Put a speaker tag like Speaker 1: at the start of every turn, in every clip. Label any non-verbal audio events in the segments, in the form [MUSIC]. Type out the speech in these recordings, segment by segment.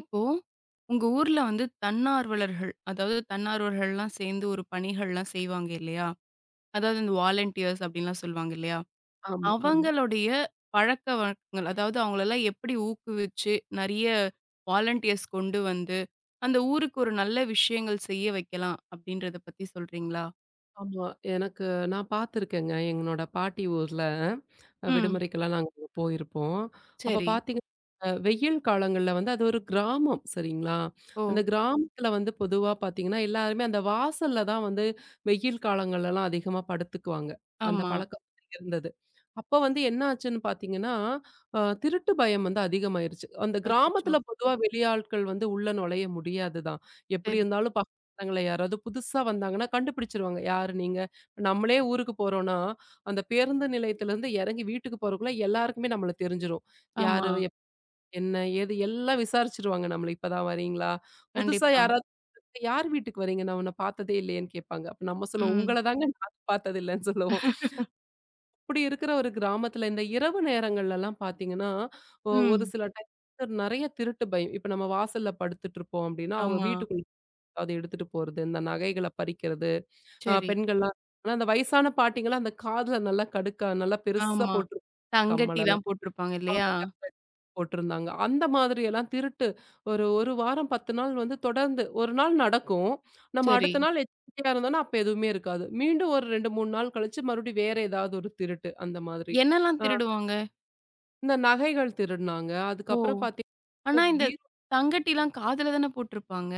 Speaker 1: இப்போ, உங்க ஊர்ல வந்து தன்னார்வலர்கள், அதாவது தன்னார்வலர்கள்லாம் சேர்ந்து ஒரு பணிகள்லாம் செய்வாங்க இல்லையா? அதாவது இந்த வாலண்டியர்ஸ் அப்படின்லாம் சொல்லுவாங்க இல்லையா?
Speaker 2: ஆமா, ஆமா.
Speaker 1: அவங்களுடைய பழக்கவழக்கங்கள், அதாவது அவங்களெல்லாம் எப்படி ஊக்குவிச்சு, நிறைய வாலண்டியர்ஸ் கொண்டு வந்து, அந்த ஊருக்கு ஒரு நல்ல விஷயங்கள் செய்ய வைக்கலாம் அப்படின்றத பத்தி சொல்றீங்களா?
Speaker 2: ஆமா. எனக்கு நான் பார்த்துருக்கேங்க. எங்களோட பாட்டி ஊர்ல
Speaker 1: ம்.
Speaker 2: விடுமுறைக்கெல்லாம் நாங்க அங்க போயிருப்போம். அப்ப
Speaker 1: சரி.
Speaker 2: பார்த்தீங்கன்னா, வெயில் காலங்கள்ல வந்து அது ஒரு கிராமம் சரிங்களா?
Speaker 1: ஓ!
Speaker 2: அந்த கிராமத்துல வந்து பொதுவா பார்த்தீங்கன்னா, எல்லாருமே அந்த வாசல்ல தான் வந்து வெயில் காலங்கள்லலாம் அதிகமா படுத்துக்குவாங்க. அந்த
Speaker 1: ஆமா.
Speaker 2: பழக்கம் இருந்தது. அப்ப வந்து என்ன ஆச்சுன்னு பார்த்தீங்கன்னா, திருட்டு பயம் வந்து அதிகமாயிருச்சு. அந்த
Speaker 1: அச்சச்சோ!
Speaker 2: கிராமத்துல பொதுவா வெளியாட்கள் வந்து உள்ள நுழைய முடியாது தான். எப்படி
Speaker 1: சரி.
Speaker 2: இருந்தாலும் பசங்கள யாராவது புதுசா வந்தாங்கன்னா கண்டுபிடிச்சுருவாங்க. யாரு நீங்க? நம்மளே ஊருக்கு போறோம்னா, அந்த பேருந்து நிலையத்திலருந்து இறங்கி வீட்டுக்கு போறதுக்குள்ள எல்லாருக்குமே நம்மள தெரிஞ்சிரும்.
Speaker 1: ஆமா.
Speaker 2: யாரு? என்ன? ஏது? எல்லாம் விசாரிச்சுருவாங்க நம்மள. "இப்ப தான் வரீங்களா?" புதுசா
Speaker 1: கண்டிப்பா.
Speaker 2: யாராவது "யார் வீட்டுக்கு வரீங்க? நான் உன்ன பார்த்ததே இல்லையேன்னு" கேட்பாங்க. அப்ப நம்ம சொல்லுவோம்,
Speaker 1: ம்.
Speaker 2: "உங்கள தாங்க நான் பார்த்ததில்லன்னு" சொல்லுவோம்.
Speaker 1: [LAUGHS]
Speaker 2: அப்படி இருக்கிற ஒரு கிராமத்தில இந்த இரவு நேரங்கள்லலாம் பார்த்தீங்கன்னா, ஒரு
Speaker 1: ம்.
Speaker 2: சில டைம் நெறைய திருட்டு பயம். இப்ப நம்ம வாசல்ல படுத்துட்டுருப்போம் அப்படின்னா, அவங்க
Speaker 1: ஆமா.
Speaker 2: வீட்டுக்குள்ள ஏதாவது எடுத்துட்டு போறது, இந்த நகைகள பறிக்கிறது.
Speaker 1: சரி.
Speaker 2: பெண்கள்லாம். ஆனா, அந்த வயசான பாட்டிங்கலாம் அந்த காதுல நல்லா கடுக்கா நல்லா பெருசா
Speaker 1: ஆமா.
Speaker 2: போட்டு கம்மலெல்லாம்.
Speaker 1: தங்கட்டிலாம் போட்டிருப்பாங்க இல்லையா?
Speaker 2: ஆமா. டக்ளைஸ் போட்டிருந்தாங்க. அந்த மாதிரியெல்லாம் திருட்டு ஒரு 1 வாரம் 10 நாள் வந்து தொடர்ந்து 1 நாள் நடக்கும். நம்ம
Speaker 1: சரி.
Speaker 2: அடுத்த நாள் எச்சரிக்கையா இருந்தோம்னா, அப்ப எதுவுமே இருக்காது. மீண்டும் ஒரு 2, 3 நாள் கழிச்சு மறுபடியும் வேற ஏதாவது ஒரு திருட்டு அந்த மாதிரி.
Speaker 1: என்னலாம்
Speaker 2: அ
Speaker 1: திருடுவாங்க?
Speaker 2: இந்த நகைகள் திருடுனாங்க.
Speaker 1: ஓ!
Speaker 2: அதுக்கப்புறம் பார்த்தீங்கன்னா,
Speaker 1: ஆனா இந்த
Speaker 2: பீரோ
Speaker 1: தங்கட்டிலாம் காதுல தானே போட்டிருப்பாங்க.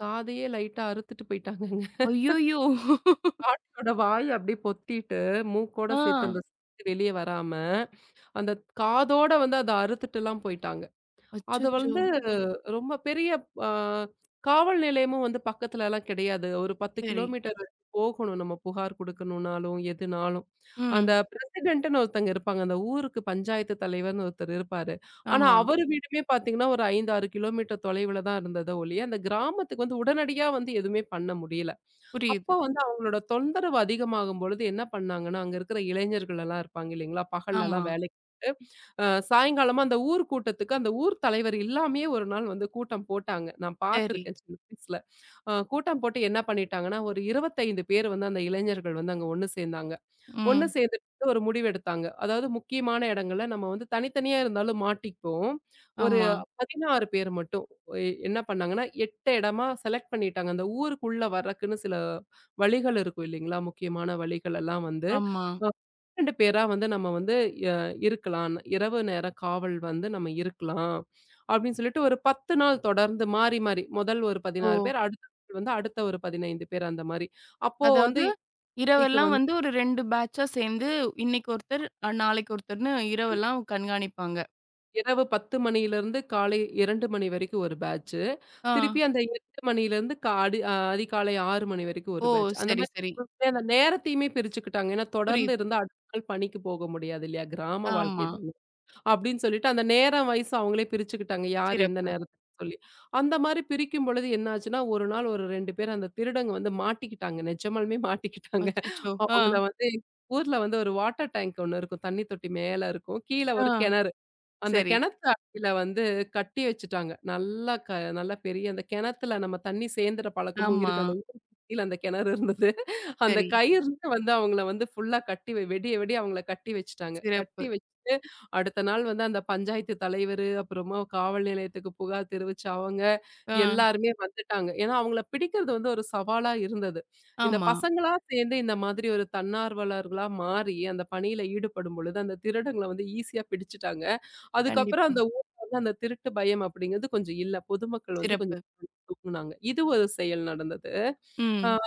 Speaker 2: காதையே லைட்டா அறுத்துட்டு போயிட்டாங்கங்க.
Speaker 1: ஐய்யயோ!
Speaker 2: என்னோட வாய் அப்படியே பொத்திட்டு மூக்கோட
Speaker 1: ஆ.
Speaker 2: சேர்த்து அந்த வெளிய வராம. அந்த காதோட வந்து அத அறுத்துட்டுலாம் போயிட்டாங்க. அது
Speaker 1: அச்சச்சோ!
Speaker 2: வந்து ரொம்ப பெரிய அ காவல் நிலையமும் வந்து பக்கத்துலலாம் கிடையாது. ஒரு 10
Speaker 1: சரி.
Speaker 2: கிலோமீட்டர் போகணும் நம்ம புகார் குடுக்கணும்னாலும், எதுனாலும். அந்த
Speaker 1: ம்.
Speaker 2: பிரசிடென்ட்ன்னு ஒருத்தங்க இருப்பாங்க. அந்த ஊருக்கு பஞ்சாயத்து தலைவர்ன்னு ஒருத்தர் இருப்பாரு. ஆனா
Speaker 1: ஆமா.
Speaker 2: அவரு வீடுமே பார்த்தீங்கன்னா, ஒரு 5, 6 கிலோமீட்டர் தொலைவுல தான் இருந்தத ஒழிய, அந்த கிராமத்துக்கு வந்து உடனடியா வந்து எதுவுமே பண்ண முடியல. அப்போ
Speaker 1: புரியுது.
Speaker 2: வந்து அவங்களோட தொந்தரவு அதிகமாகும் பொழுது என்ன பண்ணாங்கன்னா, அங்க இருக்கிற இளைஞர்கள் எல்லாம் இருப்பாங்க இல்லைங்களா?
Speaker 1: ஆமா.
Speaker 2: பகல்லலாம் வேலைக்கு போயிட்டு, சாயங்காலமா அந்த ஊர் கூட்டத்துக்கு அந்த ஊர் தலைவர் இல்லாமயே ஒரு நாள் வந்து கூட்டம் போட்டாங்க. நான்
Speaker 1: சரி.
Speaker 2: பார்த்துருக்கேன் சின்ன வயசுல. கூட்டம் போட்டு என்ன பண்ணிட்டாங்கன்னா, ஒரு 25 பேர் வந்து அந்த இளைஞர்கள் வந்து அங்க ஒண்ணு சேர்ந்தாங்க. ஒண்ணு
Speaker 1: ம்.
Speaker 2: சேர்ந்துட்டு ஒரு முடிவெடுத்தாங்க. அதாவது முக்கியமான இடங்கள்ல நம்ம வந்து தனித்தனியா இருந்தாலும் மாட்டிக்குவோம். ஒரு
Speaker 1: ஆமா,
Speaker 2: 16 பேர் மட்டும் எ என்ன பண்ணாங்கன்னா, 8 இடமா செலக்ட் பண்ணிட்டாங்க. அந்த ஊருக்குள்ள வர்றக்குன்னு சில வழிகள் இருக்கும் இல்லைங்களா? முக்கியமான வழிகள் எல்லாம் வந்து
Speaker 1: ஆமா.
Speaker 2: அ 2 பேரா வந்து நம்ம வந்து அ இருக்கலாம். இரவு நேர காவல் வந்து நம்ம இருக்கலாம். அப்படின்னு சொல்லிட்டு ஒரு 10 நாள் தொடர்ந்து மாறி, மாறி முதல் ஒரு
Speaker 1: ஓ!
Speaker 2: 16 பேர், அடுத்த நாள் வந்து அடுத்த ஒரு 15 பேர் அந்த மாரி. அப்போ வந்து
Speaker 1: அதாவது
Speaker 2: இன்னைக்கு
Speaker 1: இரவெல்லாம்
Speaker 2: வந்து
Speaker 1: வந்து ஒரு 2 பேட்சா சேர்ந்து இன்னைக்கு ஒருத்தர், நாளைக்கு ஒருத்தர்ன்னு இரவெல்லாம் கண்காணிப்பாங்க.
Speaker 2: இரவு 10 மணியிலிருந்து காலை 2 மணி வரைக்கும் ஒரு பேட்ச்.
Speaker 1: ஆ.
Speaker 2: திருப்பி அந்த 8 மணியிலிருந்து அதிகாலை 6 மணி வரைக்கும் ஒரு
Speaker 1: ஓ!
Speaker 2: பேட்ச். அந்த
Speaker 1: சரி,
Speaker 2: மாரி
Speaker 1: சரி.
Speaker 2: அந்த நேரத்தையுமே பிரிச்சுக்கிட்டாங்க. ஏன்னா தொடர்ந்து
Speaker 1: புரியுது.
Speaker 2: இருந்தா அடுத்த நாள் பணிக்கு போக முடியாது இல்லையா? கிராம வாழ்க்கை
Speaker 1: ஆமா.
Speaker 2: தானே. அப்படின்னு சொல்லிட்டு அந்த நேரம் வயசு அவங்களே பிரிச்சுக்கிட்டாங்க. யார் எந்த
Speaker 1: சிறப்பு.
Speaker 2: நேரத்துக்கு சொல்லி. அந்த மாரி பிரிக்கும் பொழுது என்னாச்சுன்னா, ஒரு நாள் ஒரு 2 பேர் அந்த திருடங்க வந்து மாட்டிக்கிட்டாங்க. நிஜமாலுமே மாட்டிக்கிட்டாங்க.
Speaker 1: அச்சச்சோ! ஆ.
Speaker 2: அவங்கள வந்து ஊர்ல வந்து ஒரு வாட்டர் டேங்க் ஒண்ணு இருக்கும். தண்ணி தொட்டி மேல இருக்கும். கீழ
Speaker 1: ஆ.
Speaker 2: ஒரு கிணறு. அந்த
Speaker 1: சரி.
Speaker 2: கிணத்து அடியில வந்து கட்டி வச்சுட்டாங்க. நல்லா பெரிய அந்த கிணத்துல நம்ம தண்ணீ சேந்துற பழக்கமும்
Speaker 1: ஆமா.
Speaker 2: இருக்கு. அந்த ஊர் சுத்தில அந்த கிணறு இருந்தது. அந்த
Speaker 1: சரி.
Speaker 2: கயிறுல வந்து அவங்கள வந்து ஃபுல்லா கட்டி வெடிய வெடிய அவங்கள கட்டி வச்சுட்டாங்க.
Speaker 1: சிறப்பு.
Speaker 2: கட்டி வச்சுட்டு அடுத்த நாள் வந்து அந்த பஞ்சாயத்து தலைவரு, அப்புறமா காவல் நிலையத்துக்கு புகார் தெரிவிச்ச அவங்க,
Speaker 1: ஆ.
Speaker 2: எல்லாருமே வந்துட்டாங்க. ஏன்னா, அவங்கள பிடிக்கிறது வந்து ஒரு சவாலா இருந்தது. இந்த
Speaker 1: ஆமா.
Speaker 2: பசங்களா சேர்ந்து இந்த மாதிரி ஒரு தன்னார்வலர்களா மாறி அந்த பணியில ஈடுபடும் பொழுது, அந்த திருடங்கள வந்து ஈஸியா பிடிச்சுட்டாங்க. அதுக்கப்புறம்
Speaker 1: கண்டிப்பா.
Speaker 2: அந்த ஊர்ல வந்து அந்த திருட்டு பயம் அப்படிங்கிறது கொஞ்சம் இல்ல. பொதுமக்கள் வந்து கொஞ்சம்
Speaker 1: சிறப்பு.
Speaker 2: தூங்குனாங்க. இது ஒரு செயல் நடந்தது. அ
Speaker 1: ம்.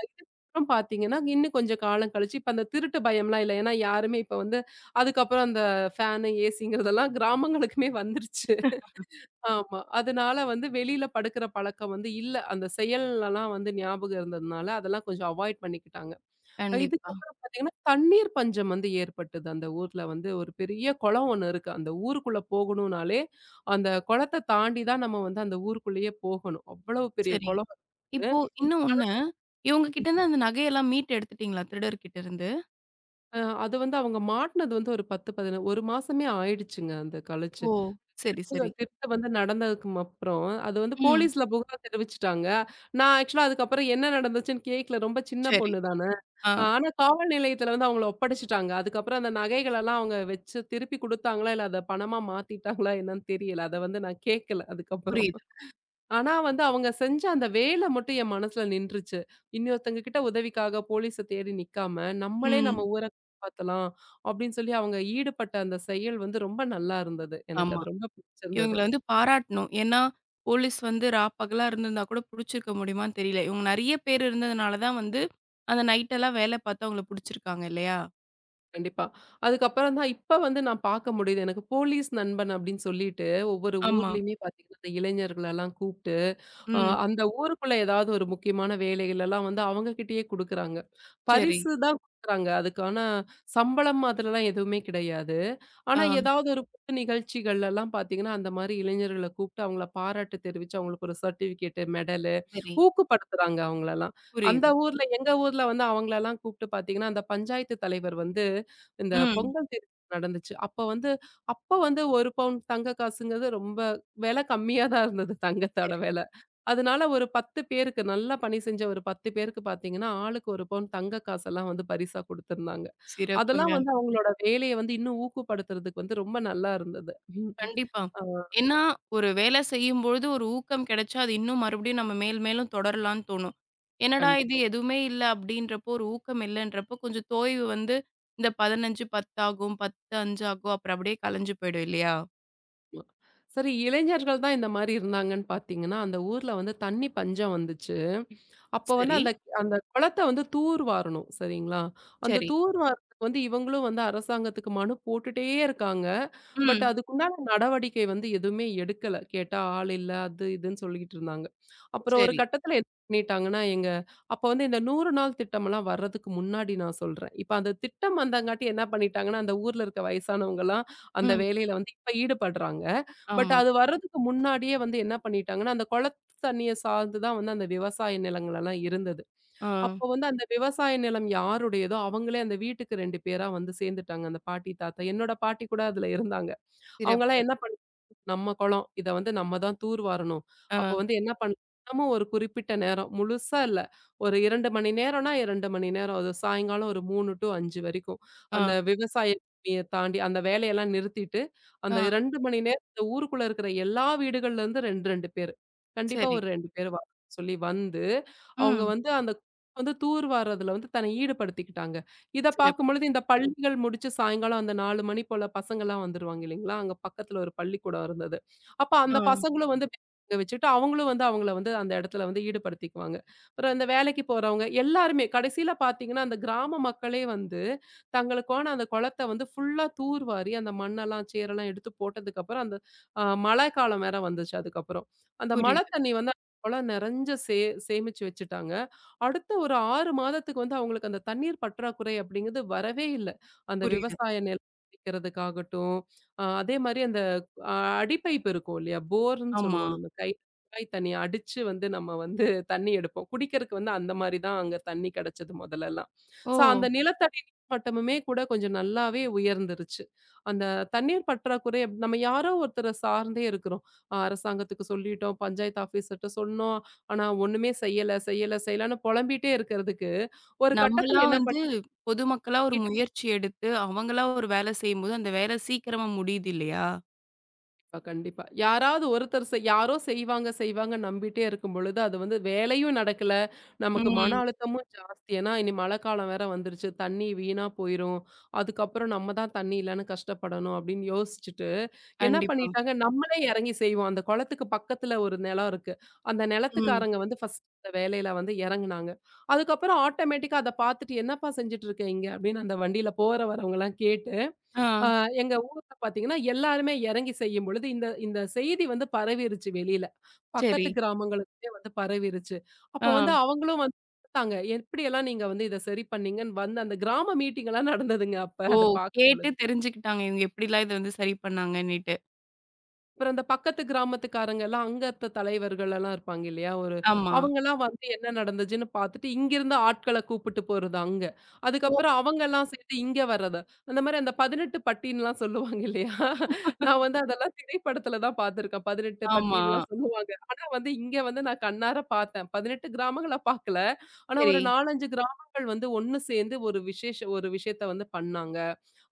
Speaker 2: அப்புறம் பார்த்தீங்கன்னா, இன்னும் கொஞ்சம் காலம் கழிச்சு, இப்ப அந்த திருட்டு பயம்லாம் இல்ல. ஏன்னா, யாருமே இப்ப வந்து அதுக்கப்புறம் அந்த ஃபேனு, ஏசிங்கிறதெல்லாம் கிராமங்களுக்குமே வந்துருச்சு. ஆமா. அதனால வந்து வெளியில படுக்கிற பழக்கம் வந்து இல்ல. அந்த செயல்லலாம் வந்து ஞாபகம் இருந்ததுனால, அதெல்லாம் கொஞ்சம் அவாய்ட் பண்ணிக்கிட்டாங்க.
Speaker 1: கண்டிப்பா.
Speaker 2: இதுக்கப்புறம் பார்த்தீங்கன்னா, தண்ணீர் பஞ்சம் வந்து ஏற்பட்டது. அந்த ஊர்ல வந்து ஒரு பெரிய குளம் ஒண்ணு இருக்கு. அந்த ஊருக்குள்ள போகணும்னாலே, அந்த குளத்த தாண்டி தான் நம்ம வந்து அந்த ஊருக்குள்ளேயே போகணும். அவ்வளவு பெரிய
Speaker 1: சரி.
Speaker 2: குளம்.
Speaker 1: இப்போ இன்னும் ஒண்ணு. இவங்க கிட்ட இருந்து அந்த நகையெல்லாம் மீட்டு எடுத்துட்டீங்களா? திருடர் கிட்ட இருந்து?
Speaker 2: அது வந்து அவங்க மாட்டுனது வந்து ஒரு 10, 11 1 மாசமே ஆயிடுச்சுங்க அது கழிச்சு.
Speaker 1: ஓ! சரி, சரி.
Speaker 2: திருட்டு வந்து நடந்ததுக்கும் அப்புறம் அது வந்து
Speaker 1: ம்.
Speaker 2: போலீஸ்ல புகார் தெரிவிச்சுட்டாங்க. நான் ஆக்சுவலா அதுக்கப்புறம் என்ன நடந்துச்சுன்னு கேட்கல. ரொம்ப சின்ன
Speaker 1: சரி.
Speaker 2: பொண்ணு தான.
Speaker 1: ஆ.
Speaker 2: ஆனா காவல் நிலையத்துல வந்து அவங்கள ஒப்படைச்சுட்டாங்க. அதுக்கப்புறம் அந்த நகைகளெல்லாம் அவங்க வச்சு திருப்பி குடுத்தாங்களா, இல்ல அத பணமா மாத்திட்டாங்களா என்னன்னு தெரியல. அத வந்து நான் கேட்கல அதுக்கப்புறம்.
Speaker 1: புரியுது.
Speaker 2: ஆனா வந்து அவங்க செஞ்ச அந்த வேலை மட்டும் என் மனசுல நின்றுச்சு. இன்னொருத்தங்க கிட்ட உதவிக்காக போலீஸ தேடி நிக்காம, நம்மளே நம்ம
Speaker 1: ம்.
Speaker 2: ஊர காப்பாத்தலாம் அப்படின்னு சொல்லி அவங்க ஈடுபட்ட அந்த செயல் வந்து ரொம்ப நல்லா இருந்தது. எனக்கு
Speaker 1: ஆமா.
Speaker 2: அது ரொம்ப பிடிச்சிருந்தது.
Speaker 1: இவங்கள வந்து பாராட்டணும். ஏன்னா, போலீஸ் வந்து ரா பகலா இருந்திருந்தா கூட புடிச்சிருக்க முடியுமான்னு தெரியல. இவங்க நெறைய பேர் இருந்ததுனால தான் வந்து, அந்த நைட் எல்லாம் வேல பார்த்து அவங்கள புடிச்சிருக்காங்க இல்லையா?
Speaker 2: கண்டிப்பா. அதுக்கப்புறம் தான் இப்ப வந்து நான் பார்க்க முடியுது. எனக்கு போலீஸ் நண்பன் அப்படின்னு சொல்லிட்டு, ஒவ்வொரு
Speaker 1: ஆமா.
Speaker 2: ஊர்லயுமே பார்த்தீங்கன்னா, இந்த இளைஞர்களெல்லாம் கூப்பிட்டு,
Speaker 1: ம்.
Speaker 2: அந்த ஊருக்குள்ள ஏதாவது ஒரு முக்கியமான வேலைகளெல்லாம் வந்து அவங்க கிட்டயே குடுக்குறாங்க.
Speaker 1: சரி.
Speaker 2: பரிசு தான் குடுக்குறாங்க. அதுக்கான சம்பளம் மாதிரிலாம் எதுவுமே கிடையாது. ஆனா,
Speaker 1: ஆ.
Speaker 2: ஏதாவது ஒரு புது நிகழ்ச்சிகள்லலாம் பார்த்தீங்கன்னா, அந்த மாரி இளைஞர்கள கூப்பிட்டு அவங்கள பாராட்டு தெரிவிச்சு, அவங்களுக்கு ஒரு சர்டிஃபிகேட்டு, மெடலு
Speaker 1: சரி.
Speaker 2: ஊக்கப்படுத்துறாங்க அவங்களலாம். அந்த
Speaker 1: புரியுது.
Speaker 2: ஊர்ல எங்க ஊர்ல வந்து அவங்களலாம் கூப்பிட்டு பார்த்தீங்கன்னா, அந்த பஞ்சாயத்து தலைவர் வந்து இந்த
Speaker 1: ம்.
Speaker 2: பொங்கல் தேர் நடந்துச்சு. அப்ப வந்து 1 பவுண்ட் தங்க காசுங்கிறது ரொம்ப விலை கம்மியா தான் இருந்தது தங்கத்தோட
Speaker 1: சரி.
Speaker 2: விலை. அதனால ஒரு 10 பேருக்கு நல்லா பணி செஞ்ச ஒரு 10 பேருக்கு பார்த்தீங்கன்னா, ஆளுக்கு 1 பவுண்ட் தங்க காசெல்லாம் வந்து பரிசா குடுத்துருந்தாங்க. அதெல்லாம்
Speaker 1: சிறப்புங்க.
Speaker 2: வந்து அவங்களோட வேலைய வந்து இன்னும் ஊக்கப்படுத்துறதுக்கு வந்து ரொம்ப நல்லா இருந்தது. ம்.
Speaker 1: கண்டிப்பா.
Speaker 2: ஆ
Speaker 1: ஏன்னா, ஒரு வேலை செய்யும்பொழுது ஒரு ஊக்கம் கிடைச்சா, அது இன்னும் மறுபடியும் நம்ம மேல் மேலும் தொடரலான்னு தோணும். என்னடா இது
Speaker 2: கண்டிப்பா.
Speaker 1: எதுவுமே இல்ல அப்படின்றப்போ, ஒரு ஊக்கம் இல்லன்றப்போ, கொஞ்சம் தோய்வு வந்து இந்த 15, 10 ஆகும், 10, 5 ஆகும். அப்புறம் அப்படியே கலைஞ்சு போயிடும் இல்லையா?
Speaker 2: ஆமா. சரி இளைஞர்கள் தான் இந்த மாரி இருந்தாங்கன்னு பார்த்தீங்கன்னா, அந்த ஊர்ல வந்து தண்ணி பஞ்சம் வந்துச்சு. அப்போ வந்து
Speaker 1: சரி,
Speaker 2: அந்த அந்த குளத்த வந்து தூர்வாரணும். சரிங்களா? அந்த
Speaker 1: சரி.
Speaker 2: தூர்வாரத்துக்கு வந்து இவங்களும் வந்து அரசாங்கத்துக்கு மனு போட்டுட்டே இருக்காங்க. பட்
Speaker 1: ம்.
Speaker 2: அதுக்குண்டான நடவடிக்கை வந்து எதுவுமே எடுக்கல. கேட்டா ஆள் இல்ல, அது இதுன்னு சொல்லிக்கிட்டு இருந்தாங்க. அப்புறம் ஒரு
Speaker 1: சரி.
Speaker 2: கட்டத்தில என்ன பண்ணிட்டாங்கன்னா, அப்போ வந்து இந்த 100 நாள் திட்டம்லாம் வர்றதுக்கு முன்னாடி நான் சொல்றேன். இப்ப அந்த திட்டம் வந்தங்காட்டி என்ன பண்ணிட்டாங்கன்னா, அந்த ஊர்ல இருக்க வயசானவங்கலாம் அந்த
Speaker 1: ம்.
Speaker 2: வேலையில வந்து இப்ப ஈடுபடுறாங்க. பட்
Speaker 1: ஆமா.
Speaker 2: அது வர்றதுக்கு முன்னாடியே வந்து என்ன பண்ணிட்டாங்கன்னா, அந்த குளத்த தண்ணிய சார்ந்து தான் வந்து அந்த விவசாய நிலங்கள் எல்லாம் இருந்தது.
Speaker 1: ஆ.
Speaker 2: அப்போ வந்து அந்த விவசாய நிலம் யாருடையதோ அவங்களே அந்த வீட்டுக்கு 2 பேரா வந்து சேர்ந்துட்டாங்க. அந்த பாட்டி, தாத்தா. என்னோட பாட்டி கூட அதுல இருந்தாங்க. அவங்கலாம்
Speaker 1: சிறப்பு.
Speaker 2: என்ன நம்ம குளம். இத வந்து நம்ம தான் தூர் வாரணும்.
Speaker 1: ஆ,
Speaker 2: அப்ப வந்து என்ன பண்ண தினமும் ஒரு குறிப்பிட்ட நேரம், முழுசா இல்ல. ஒரு 2 மணி நேரம்னா 2 மணி நேரம். அது சாயங்காலம் ஒரு 3 டூ 5 வரைக்கும். அந்த
Speaker 1: ஆ,
Speaker 2: விவசாய பூமிய தாண்டி அந்த வேலையெல்லாம் நிறுத்திட்டு, அந்த
Speaker 1: ஆ.
Speaker 2: 2 மணி நேரம் இந்த ஊருக்குள்ள இருக்கிற எல்லா வீடுகள்ல இருந்து 2, 2 பேரு. கண்டிப்பா
Speaker 1: சரி.
Speaker 2: ஒரு 2 பேர் வர சொல்லி வந்து, அவங்க
Speaker 1: ம்.
Speaker 2: வந்து வந்து தூர் வார்றதுல வந்து தன்னை ஈடுபடுத்திக்கிட்டாங்க. இத
Speaker 1: சிறப்பு.
Speaker 2: பார்க்கும்பொழுது இந்த பள்ளிகள் முடிச்சு சாயங்காலம் அந்த 4 மணி போல பசங்கலாம் வந்துருவாங்க இல்லைங்களா? அங்க பக்கத்துல ஒரு பள்ளிக்கூடம் இருந்தது. அப்ப அந்த
Speaker 1: ஆ.
Speaker 2: பசங்களும் வந்து அங்க வச்சுட்டு அவங்களும் வந்து அவங்கள வந்து அந்த இடத்துல வந்து ஈடுபடுத்திக்குவாங்க. அப்புறம் இந்த வேலைக்கு போறவங்க எல்லாருமே கடைசியில பார்த்தீங்கன்னா, அந்த கிராம மக்களே வந்து தங்களுக்கான அந்த குளத்த வந்து ஃபுல்லா தூர்வாரி அந்த மண்ணெல்லாம், சேரெல்லாம் எடுத்து போட்டதுக்கப்புறம் மழைக்காலம் வேற வந்துச்சு அதுக்கப்புறம். அந்த மழை
Speaker 1: புரியுது,
Speaker 2: தண்ணி வந்து குளம் நெறஞ்ச சேமிச்சு வச்சுட்டாங்க. அடுத்த ஒரு 6 மாதத்துக்கு வந்து அவங்களுக்கு அந்த தண்ணீர் பற்றாக்குறை அப்படிங்கிறது வரவே இல்ல. அந்த
Speaker 1: புரியுது.
Speaker 2: விவசாய நிலம் இருக்கிறதுக்காகட்டும், அதே மாரி அ அடிப்பைப் இருக்கும் இல்லையா? போர்ன்னு
Speaker 1: ஆமா.
Speaker 2: சொல்லுவோம் நம்ம குழாய் தண்ணீய அடிச்சு வந்து நம்ம வந்து தண்ணி எடுப்போம். குடிக்கிறதுக்கு வந்து அந்த மாரி தான் அங்க தண்ணி கிடைச்சது முதல்லலாம்.
Speaker 1: ஓ!
Speaker 2: ஸோ அந்த நிலத்தடி நீர் மட்டமுமே கூட கொஞ்சம் நல்லாவே உயர்ந்துருச்சு. அந்த தண்ணீர் பற்றாக்குறை அப்படி நம்ம யாரோ ஒருத்தர சார்ந்தே இருக்கிறோம். அரசாங்கத்துக்கு சொல்லிட்டோம், பஞ்சாயத்து ஆஃபீஸர்ட்ட சொன்னோம். ஆனா ஒண்ணுமே செய்யல, செய்யல, செய்யலன்னு பொலம்பிட்டே இருக்கிறதுக்கு, ஒரு கட்டத்துல
Speaker 1: நம்மலாம்
Speaker 2: என்ன
Speaker 1: வந்து
Speaker 2: பண்ணிட்டேன்
Speaker 1: பொதுமக்களா ஒரு முயற்சி எடுத்து, அவங்களா ஒரு வேலை செய்யும்போது, அந்த வேலை சீக்கிரமா முடியுது இல்லையா?
Speaker 2: கண்டிப்பா, கண்டிப்பா. யாராவது ஒருத்தர் செய் யாரோ செய்வாங்க, செய்வாங்க நம்பிட்டே இருக்கும் பொழுது, அது வந்து வேலையும் நடக்கல. நமக்கு மன
Speaker 1: ம்.
Speaker 2: அழுத்தமும் ஜாஸ்தி. ஏன்னா, இனி மழைக்காலம் வேற வந்துருச்சு. தண்ணி வீணா போயிரும். அதுக்கப்புறம் நம்ம தான் தண்ணி இல்லன்னு கஷ்டப்படணும் அப்படின்னு யோசிச்சுட்டு என்ன
Speaker 1: கண்டிப்பா.
Speaker 2: பண்ணிட்டாங்க, நம்மளே இறங்கி செய்வோம். அந்த குளத்துக்கு பக்கத்துல ஒரு நிலம் இருக்கு. அந்த
Speaker 1: ம்.
Speaker 2: நிலத்துக்காரங்க வந்து ஃபர்ஸ்ட் அந்த வேலையில வந்து இறங்குனாங்க. அதுக்கப்புறம் ஆட்டோமேட்டிக்கா அத பார்த்துட்டு, "என்னப்பா செஞ்சுட்டு இருக்க இங்க?" அப்படின்னு அந்த வண்டியில போற வரவங்கலாம் கேட்டு,
Speaker 1: ஆ.
Speaker 2: அ எங்க ஊர்ல பார்த்தீங்கன்னா, எல்லாருமே இறங்கி செய்யும் பொழுது, இந்த இந்த செய்தி வந்து பரவிருச்சு வெளியில.
Speaker 1: சரி.
Speaker 2: பக்கத்து கிராமங்களுக்குமே வந்து பரவிருச்சு. அப்ப
Speaker 1: ஆ.
Speaker 2: வந்து அவங்களும் வந்து பார்த்தாங்க, "எப்படியெல்லாம் நீங்க வந்து இத சரி பண்ணீங்கன்னு" வந்து அந்த கிராம மீட்டிங் எல்லாம் நடந்ததுங்க அப்ப
Speaker 1: ஓ!
Speaker 2: அத
Speaker 1: கேட்டு
Speaker 2: பார்க்கும்பொழுது.
Speaker 1: தெரிஞ்சுக்கிட்டாங்க. இவங்க எப்படிலாம் இத வந்து சரி பண்ணாங்கன்னிட்டு.
Speaker 2: அப்புறம் அந்த பக்கத்து கிராமத்துக்காரங்க எல்லாம் அங்கத்த தலைவர்கள் எல்லாம் இருப்பாங்க இல்லையா?
Speaker 1: ஆமா.
Speaker 2: அவங்கலாம் வந்து என்ன நடந்துச்சுன்னு பார்த்துட்டு, இங்கிருந்து ஆட்கள கூப்பிட்டு போறது அங்க.
Speaker 1: ஓ!
Speaker 2: அதுக்கப்புறம் அவங்கலாம் சேர்ந்து இங்க வர்றது. அந்த மாரி அந்த 18 பட்டின்லாம் சொல்லுவாங்க இல்லையா? நான் வந்து அதெல்லாம் திரைப்படத்துல தான் பார்த்துருக்கேன். 18
Speaker 1: ஆமா.
Speaker 2: பட்டின்லாம் சொல்லுவாங்க. ஆனா வந்து இங்க வந்து நான் கண்ணார பார்த்தேன். 18 கிராமங்கள பார்க்கல. ஆனா
Speaker 1: சரி,
Speaker 2: ஒரு 4, 5 கிராமங்கள் வந்து ஒண்ணு சேர்ந்து ஒரு விஷயத்த வந்து பண்ணாங்க.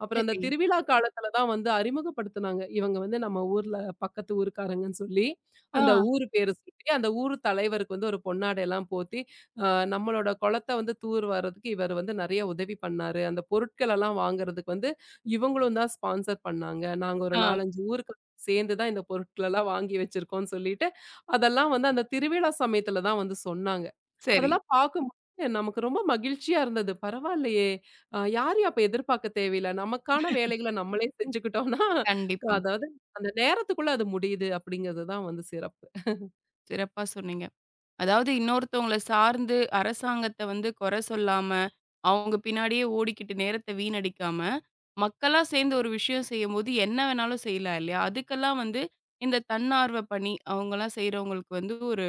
Speaker 2: அப்புறம் அந்த
Speaker 1: சரி.
Speaker 2: திருவிழா காலத்துல தான் வந்து அறிமுகப்படுத்துனாங்க. இவங்க வந்து நம்ம ஊர்ல பக்கத்து ஊருக்காரங்கன்னு சொல்லி,
Speaker 1: ஆ,
Speaker 2: அந்த ஊரு பேரு சொல்லி, அந்த ஊர் தலைவருக்கு வந்து ஒரு பொன்னாடைலாம் போத்தி, அ நம்மளோட குளத்த வந்து தூர் வாரதுக்கு இவரு வந்து நெறைய உதவி பண்ணாரு. அந்த பொருட்களெல்லாம் வாங்குறதுக்கு வந்து இவங்களும் தான் ஸ்பான்சர் பண்ணாங்க. நாங்க ஒரு
Speaker 1: ஆ.
Speaker 2: 4, 5 ஊருக்கு சேர்ந்து தான் இந்த பொருட்களெல்லாம் வாங்கி வச்சிருக்கோம்னு சொல்லிட்டு, அதெல்லாம் வந்து அந்த திருவிழா சமயத்துல தான் வந்து சொன்னாங்க.
Speaker 1: சரி.
Speaker 2: அதெல்லாம் பார்க்கும்போது நமக்கு ரொம்ப மகிழ்ச்சியா இருந்தது. பரவாயில்லையே! யாரையும் அப்ப எதிர்பார்க்க தேவையில்ல. நமக்கான வேலைகள நம்மளே செஞ்சுக்கிட்டோம்னா,
Speaker 1: கண்டிப்பா.
Speaker 2: அதாவது அந்த நேரத்துக்குள்ள அது முடியுது அப்படிங்கிறது தான் வந்து சிறப்பு.
Speaker 1: சிறப்பா சொன்னீங்க. அதாவது இன்னொருத்தவங்கள சார்ந்து அரசாங்கத்த வந்து குறை சொல்லாம, அவங்க பின்னாடியே ஓடிக்கிட்டு நேரத்த வீணடிக்காம, மக்களா சேர்ந்து ஒரு விஷயம் செய்யும்போது என்ன வேணாலும் செய்யலாம் இல்லையா? அதுக்கெல்லாம் வந்து இந்த தன்னார்வ பணி அவங்கலாம் செய்றவங்களுக்கு வந்து ஒரு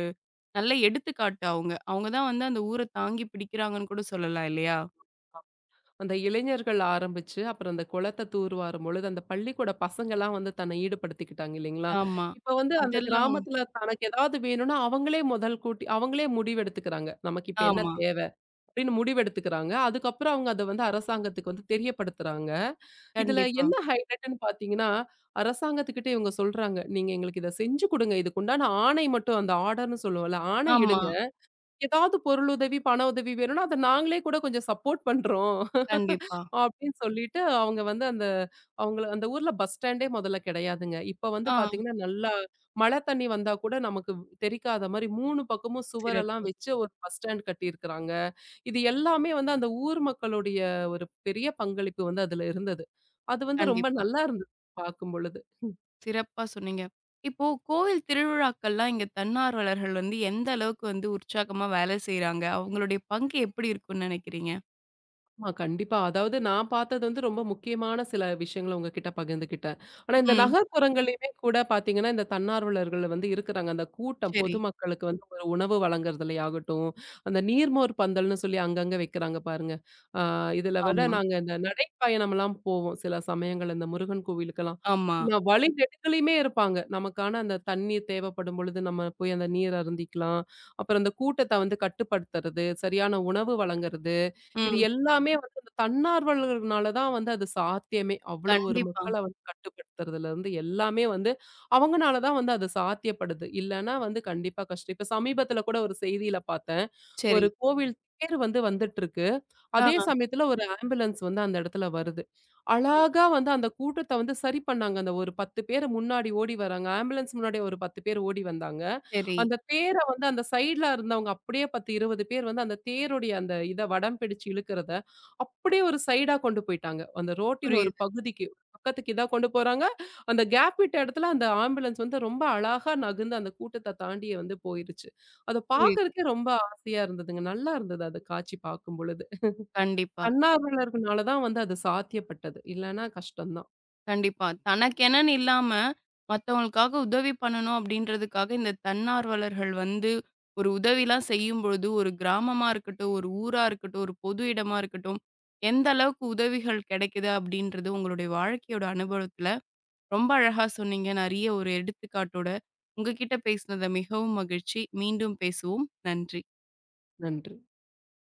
Speaker 1: நல்ல எடுத்துக்காட்டு அவங்க. அவங்க தான் வந்து அந்த ஊர தாங்கி பிடிக்கிறாங்கன்னு கூட சொல்லலாம் இல்லையா?
Speaker 2: அந்த இளைஞர்கள் ஆரம்பிச்சு, அப்புறம் அந்த குளத்த தூர்வாரும் பொழுது, அந்த பள்ளிக்கூட பசங்கலாம் வந்து தன்னை ஈடுபடுத்திக்கிட்டாங்க இல்லைங்களா?
Speaker 1: ஆமா.
Speaker 2: இப்ப வந்து அந்த
Speaker 1: அதெல்லாம்
Speaker 2: கிராமத்துல தனக்கு ஏதாவது வேணும்னா, அவங்களே முதல் கூட்டி அவங்களே முடிவெடுத்துக்கிறாங்க. நமக்கு இப்ப என்ன
Speaker 1: ஆமா.
Speaker 2: தேவை? அப்படின்னு முடிவெடுத்துக்கிறாங்க. அதுக்கப்புறம் அவங்க அத வந்து அரசாங்கத்துக்கு வந்து தெரியப்படுத்துறாங்க. இதுல
Speaker 1: கண்டிப்பா.
Speaker 2: என்ன ஹைலைட்ன்னு பார்த்தீங்கன்னா, அரசாங்கத்துக்கிட்ட இவங்க சொல்றாங்க, "நீங்க எங்களுக்கு இத செஞ்சு குடுங்க. இதுக்கு உண்டான ஆணை மட்டும் அந்த ஆர்டர்ன்னு சொல்லுவோம்ல, ஆணை
Speaker 1: ஆமா.
Speaker 2: இடுங்க. ஏதாவது பொருளுதவி, பண உதவி வேணும்னா, அத நாங்களே கூட கொஞ்சம் சப்போர்ட் பண்றோம்."
Speaker 1: கண்டிப்பா.
Speaker 2: அப்படின்னு சொல்லிட்டு அவங்க வந்து அவங்கள அந்த ஊர்ல பஸ் ஸ்டாண்டே முதல்ல கிடையாதுங்க. இப்ப வந்து
Speaker 1: ஆ.
Speaker 2: பார்த்தீங்கன்னா, நல்லா மழை தண்ணி வந்தா கூட நமக்கு தெரிக்காத மாரி 3 பக்கமும் சுவரெல்லாம்
Speaker 1: சிறப்பு.
Speaker 2: வச்சு ஒரு பஸ் ஸ்டாண்ட் கட்டியிருக்கிறாங்க. இது எல்லாமே வந்து அந்த ஊர் மக்களுடைய ஒரு பெரிய பங்களிப்பு வந்து அதுல இருந்தது. அது வந்து ரொம்ப
Speaker 1: கண்டிப்பா.
Speaker 2: நல்லா இருந்தது பார்க்கும்பொழுது.
Speaker 1: சிறப்பா சொன்னீங்க. இப்போ கோவில் திருவிழாக்கள்லாம் இங்க தன்னார்வலர்கள் வந்து எந்த அளவுக்கு வந்து உற்சாகமா வேலை செய்றாங்க? அவங்களுடைய பங்கு எப்படி இருக்கும்னு நினைக்கிறீங்க?
Speaker 2: ஆமா, கண்டிப்பா. அதாவது நான் பார்த்தது வந்து ரொம்ப முக்கியமான சில விஷயங்கள உங்ககிட்ட பகிர்ந்துக்கிட்டேன். ஆனா இந்த
Speaker 1: ம். ம்.
Speaker 2: நகர்ப்புறங்கள்லயுமே கூட பார்த்தீங்கன்னா, இந்த தன்னார்வலர்கள் வந்து இருக்குறாங்க. அந்த கூட்டம்
Speaker 1: சரி.
Speaker 2: பொதுமக்களுக்கு வந்து ஒரு உணவு வழங்குறதுலயாகட்டும், அந்த நீர்மோர் பந்தல்னு சொல்லி அங்கங்க வைக்கிறாங்க பாருங்க. ஆ இதுல விட
Speaker 1: ஆமா,
Speaker 2: நாங்க இந்த நடைப்பயணம்லாம் போவோம் சில சமயங்கள்ல இந்த முருகன் கோவிலுக்கெல்லாம்.
Speaker 1: ஆமா.
Speaker 2: நான் வழி நெடுகிலுமே இருப்பாங்க. நமக்கான அந்த தண்ணீர் தேவைப்படும் பொழுது நம்ம போய் அந்த நீர் அருந்திக்கலாம். அப்புறம் அந்த கூட்டத்த வந்து கட்டுப்படுத்துறது, சரியான உணவு வழங்குறது. இது
Speaker 1: ம்.
Speaker 2: எல்லாமே வந்து அந்த தன்னார்வலர்கள்னால தான் வந்து அது சாத்தியமே. அவ்வளோ ஒரு
Speaker 1: கண்டிப்பா.
Speaker 2: மக்கள வந்து கட்டுப்படுத்துறதுலருந்து எல்லாமே வந்து அவங்கனால தான் வந்து அது சாத்தியப்படுது. இல்லன்னா வந்து கண்டிப்பா கஷ்டம். இப்ப சமீபத்தில கூட ஒரு செய்தியில பார்த்தேன்.
Speaker 1: சரி.
Speaker 2: ஒரு கோவில் தேர் வந்து வந்துட்டுருக்கு. அதே
Speaker 1: ஆ.
Speaker 2: சமயத்துல ஒரு ஆம்புலன்ஸ் வந்து அந்த இடத்துல வருது.
Speaker 1: ஆமா.
Speaker 2: அழகா வந்து அந்த கூட்டத்த வந்து சரி பண்ணாங்க. அந்த ஒரு 10 பேர் முன்னாடி ஓடி வராங்க. ஆம்புலன்ஸ் முன்னாடி ஒரு 10 பேர் ஓடி வந்தாங்க.
Speaker 1: சரி.
Speaker 2: அந்த தேர வந்து அந்த சைடுல இருந்தவங்க அப்படியே 10, 20 பேர் வந்து அந்த தேருடைய அந்த இத வடம் பிடிச்சு இழுக்கிறத அப்படியே ஒரு சைடா கொண்டு போயிட்டாங்க. அந்த ரோட்டின் ஒரு
Speaker 1: புரியுது,
Speaker 2: பகுதிக்கு பக்கத்துக்கு இதா கொண்டு போறாங்க. அந்த கேப் விட்ட இடத்துல அந்த ஆம்புலன்ஸ் வந்து ரொம்ப அழகா நகர்ந்து அந்த கூட்டத்த தாண்டியே வந்து போயிருச்சு. அத
Speaker 1: புரியுது.
Speaker 2: பார்க்கறதுக்கே ரொம்ப ஆசையா இருந்ததுங்க. நல்லா இருந்தது அது காட்சி பார்க்கும்பொழுது.
Speaker 1: கண்டிப்பா.
Speaker 2: தன்னார்வலர்கள்னால தான் வந்து அது சாத்தியப்பட்டது. இல்லன்னா கஷ்டம் தான்.
Speaker 1: கண்டிப்பா. தனக்கெனன்னு இல்லாம, மத்தவங்களுக்காக உதவி பண்ணணும் அப்படின்றதுக்காக, இந்த தன்னார்வலர்கள் வந்து ஒரு உதவிலாம் செய்யும்பொழுது, ஒரு கிராமமா இருக்கட்டும், ஒரு ஊரா இருக்கட்டும், ஒரு பொது இடமா இருக்கட்டும், எந்த அளவுக்கு உதவிகள் கிடைக்குது அப்படின்றது உங்களுடைய வாழ்க்கையோட அனுபவத்துல ரொம்ப அழகா சொன்னீங்க. நெறைய ஒரு எடுத்துக்காட்டோட. உங்ககிட்ட பேசினது மிகவும் மகிழ்ச்சி. மீண்டும் பேசுவோம். நன்றி.
Speaker 2: நன்றி.